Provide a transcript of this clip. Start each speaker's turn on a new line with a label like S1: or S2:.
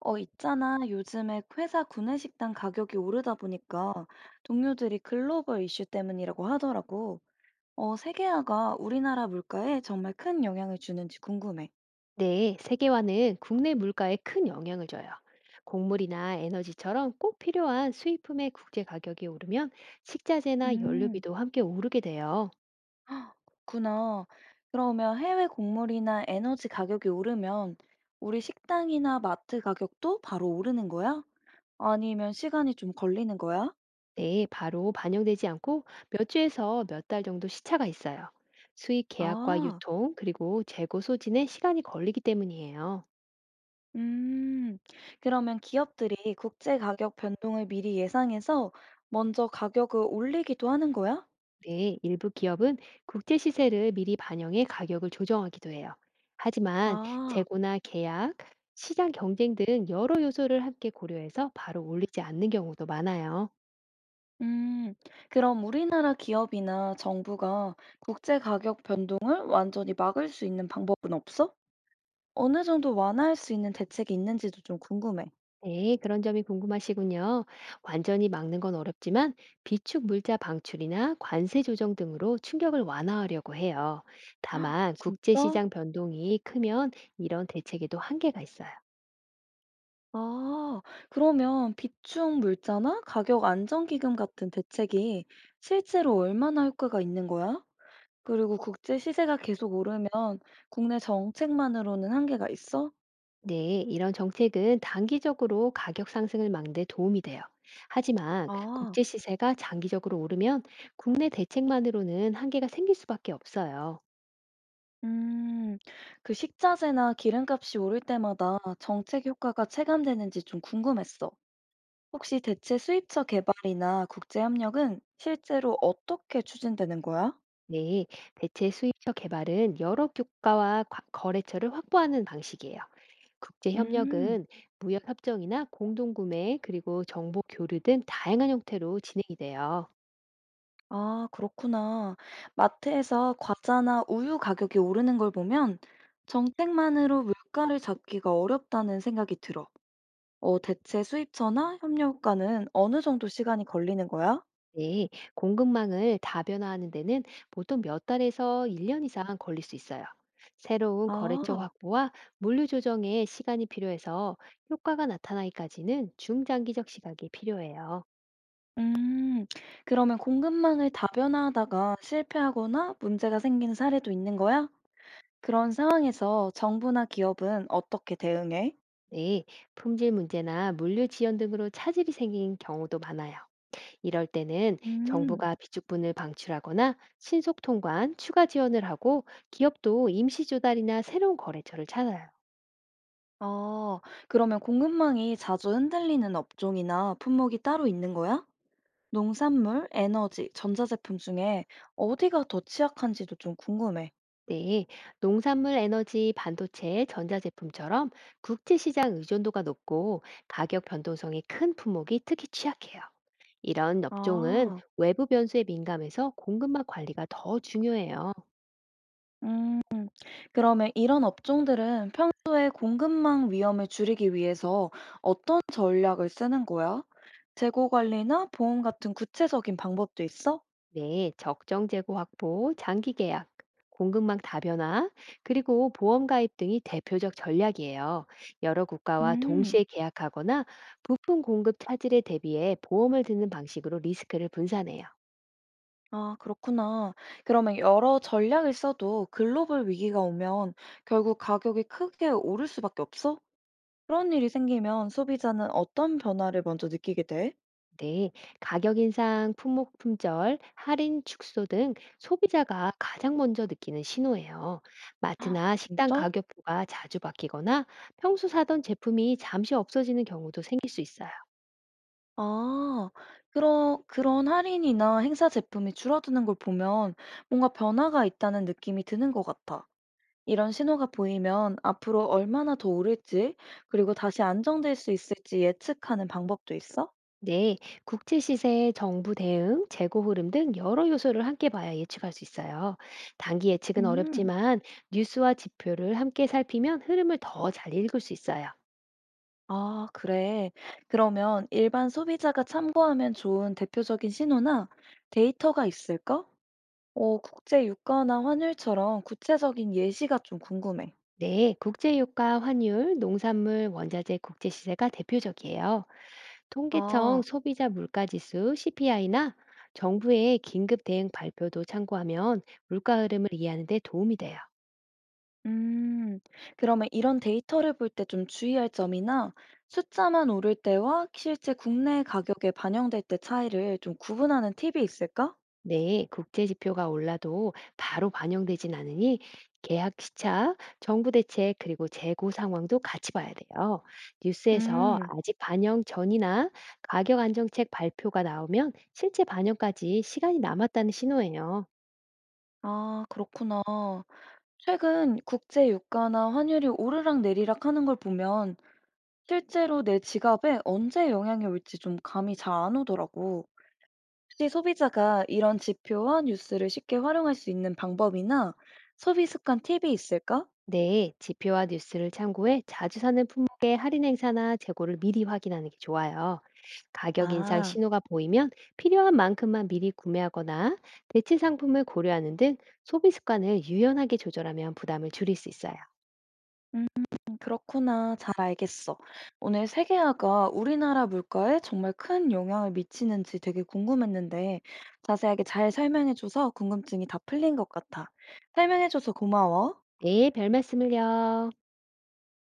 S1: 있잖아. 요즘에 회사 구내식당 가격이 오르다 보니까 동료들이 글로벌 이슈 때문이라고 하더라고. 세계화가 우리나라 물가에 정말 큰 영향을 주는지 궁금해.
S2: 네, 세계화는 국내 물가에 큰 영향을 줘요. 곡물이나 에너지처럼 꼭 필요한 수입품의 국제 가격이 오르면 식자재나
S1: 음,
S2: 연료비도 함께 오르게 돼요.
S1: 그렇구나. 그러면 해외 곡물이나 에너지 가격이 오르면 우리 식당이나 마트 가격도 바로 오르는 거야? 아니면 시간이 좀 걸리는 거야?
S2: 네, 바로 반영되지 않고 몇 주에서 몇 달 정도 시차가 있어요. 수입 계약과
S1: 아.
S2: 유통, 그리고 재고 소진에 시간이 걸리기 때문이에요.
S1: 음, 그러면 기업들이 국제 가격 변동을 미리 예상해서 먼저 가격을 올리기도 하는 거야?
S2: 네, 일부 기업은 국제 시세를 미리 반영해 가격을 조정하기도 해요. 하지만
S1: 아,
S2: 재고나 계약, 시장 경쟁 등 여러 요소를 함께 고려해서 바로 올리지 않는 경우도 많아요.
S1: 음, 그럼 우리나라 기업이나 정부가 국제 가격 변동을 완전히 막을 수 있는 방법은 없어? 어느 정도 완화할 수 있는 대책이 있는지도 좀 궁금해.
S2: 네, 그런 점이 궁금하시군요. 완전히 막는 건 어렵지만 비축 물자 방출이나 관세 조정 등으로 충격을 완화하려고 해요. 다만 국제
S1: 진짜?
S2: 시장 변동이 크면 이런 대책에도 한계가 있어요.
S1: 아, 그러면 비축 물자나 가격 안정기금 같은 대책이 실제로 얼마나 효과가 있는 거야? 그리고 국제 시세가 계속 오르면 국내 정책만으로는 한계가 있어?
S2: 네, 이런 정책은 단기적으로 가격 상승을 막는 데 도움이 돼요. 하지만
S1: 아,
S2: 국제 시세가 장기적으로 오르면 국내 대책만으로는 한계가 생길 수밖에 없어요.
S1: 음, 그 식자재나 기름값이 오를 때마다 정책 효과가 체감되는지 좀 궁금했어. 혹시 대체 수입처 개발이나 국제 협력은 실제로 어떻게 추진되는 거야?
S2: 네, 대체 수입처 개발은 여러 국가와 거래처를 확보하는 방식이에요. 국제
S1: 음,
S2: 협력은 무역 협정이나 공동 구매 그리고 정보 교류 등 다양한 형태로 진행이 돼요.
S1: 아, 그렇구나. 마트에서 과자나 우유 가격이 오르는 걸 보면 정책만으로 물가를 잡기가 어렵다는 생각이 들어. 대체 수입처나 협력 가과는 어느 정도 시간이 걸리는 거야?
S2: 네, 공급망을 다변화하는 데는 보통 몇 달에서 1년 이상 걸릴 수 있어요. 새로운 거래처
S1: 아,
S2: 확보와 물류 조정에 시간이 필요해서 효과가 나타나기까지는 중장기적 시각이 필요해요.
S1: 음, 그러면 공급망을 다변화하다가 실패하거나 문제가 생긴 사례도 있는 거야? 그런 상황에서 정부나 기업은 어떻게 대응해?
S2: 네, 품질 문제나 물류 지연 등으로 차질이 생긴 경우도 많아요. 이럴 때는
S1: 음,
S2: 정부가 비축분을 방출하거나 신속 통관, 추가 지원을 하고 기업도 임시 조달이나 새로운 거래처를 찾아요.
S1: 아, 그러면 공급망이 자주 흔들리는 업종이나 품목이 따로 있는 거야? 농산물, 에너지, 전자제품 중에 어디가 더 취약한지도 좀 궁금해.
S2: 네, 농산물 에너지, 반도체, 전자제품처럼 국제시장 의존도가 높고 가격 변동성이 큰 품목이 특히 취약해요. 이런 업종은
S1: 아,
S2: 외부 변수에 민감해서 공급망 관리가 더 중요해요.
S1: 음. 그러면 이런 업종들은 평소에 공급망 위험을 줄이기 위해서 어떤 전략을 쓰는 거야? 재고 관리나 보험 같은 구체적인 방법도 있어?
S2: 네, 적정 재고 확보, 장기 계약, 공급망 다변화, 그리고 보험 가입 등이 대표적 전략이에요. 여러 국가와
S1: 음,
S2: 동시에 계약하거나 부품 공급 차질에 대비해 보험을 드는 방식으로 리스크를 분산해요.
S1: 아, 그렇구나. 그러면 여러 전략을 써도 글로벌 위기가 오면 결국 가격이 크게 오를 수밖에 없어? 그런 일이 생기면 소비자는 어떤 변화를 먼저 느끼게 돼?
S2: 네, 가격 인상, 품목 품절, 할인 축소 등 소비자가 가장 먼저 느끼는 신호예요. 마트나 식당
S1: 진짜?
S2: 가격표가 자주 바뀌거나 평소 사던 제품이 잠시 없어지는 경우도 생길 수 있어요.
S1: 아. 그런 할인이나 행사 제품이 줄어드는 걸 보면 뭔가 변화가 있다는 느낌이 드는 것 같아. 이런 신호가 보이면 앞으로 얼마나 더 오를지, 그리고 다시 안정될 수 있을지 예측하는 방법도 있어?
S2: 네, 국제 시세, 정부 대응, 재고 흐름 등 여러 요소를 함께 봐야 예측할 수 있어요. 단기 예측은
S1: 음.
S2: 어렵지만 뉴스와 지표를 함께 살피면 흐름을 더 잘 읽을 수 있어요.
S1: 아, 그래. 그러면 일반 소비자가 참고하면 좋은 대표적인 신호나 데이터가 있을까? 국제 유가나 환율처럼 구체적인 예시가 좀 궁금해.
S2: 네, 국제유가 환율, 농산물, 원자재 국제시세가 대표적이에요. 통계청
S1: 아.
S2: 소비자 물가지수 CPI나 정부의 긴급 대응 발표도 참고하면 물가 흐름을 이해하는 데 도움이 돼요.
S1: 음, 그러면 이런 데이터를 볼 때 좀 주의할 점이나 숫자만 오를 때와 실제 국내 가격에 반영될 때 차이를 좀 구분하는 팁이 있을까?
S2: 네, 국제지표가 올라도 바로 반영되진 않으니 계약 시차, 정부 대책, 그리고 재고 상황도 같이 봐야 돼요. 뉴스에서
S1: 음,
S2: 아직 반영 전이나 가격 안정책 발표가 나오면 실제 반영까지 시간이 남았다는 신호예요.
S1: 아, 그렇구나. 최근 국제 유가나 환율이 오르락 내리락 하는 걸 보면 실제로 내 지갑에 언제 영향이 올지 좀 감이 잘 안 오더라고. 혹시 소비자가 이런 지표와 뉴스를 쉽게 활용할 수 있는 방법이나 소비 습관 팁이 있을까?
S2: 네, 지표와 뉴스를 참고해 자주 사는 품목의 할인 행사나 재고를 미리 확인하는 게 좋아요. 가격 인상
S1: 아.
S2: 신호가 보이면 필요한 만큼만 미리 구매하거나 대체 상품을 고려하는 등 소비 습관을 유연하게 조절하면 부담을 줄일 수 있어요.
S1: 음 그렇구나. 잘 알겠어. 오늘 세계화가 우리나라 물가에 정말 큰 영향을 미치는지 되게 궁금했는데 자세하게 잘 설명해줘서 궁금증이 다 풀린 것 같아. 설명해줘서 고마워.
S2: 네, 별 말씀을요.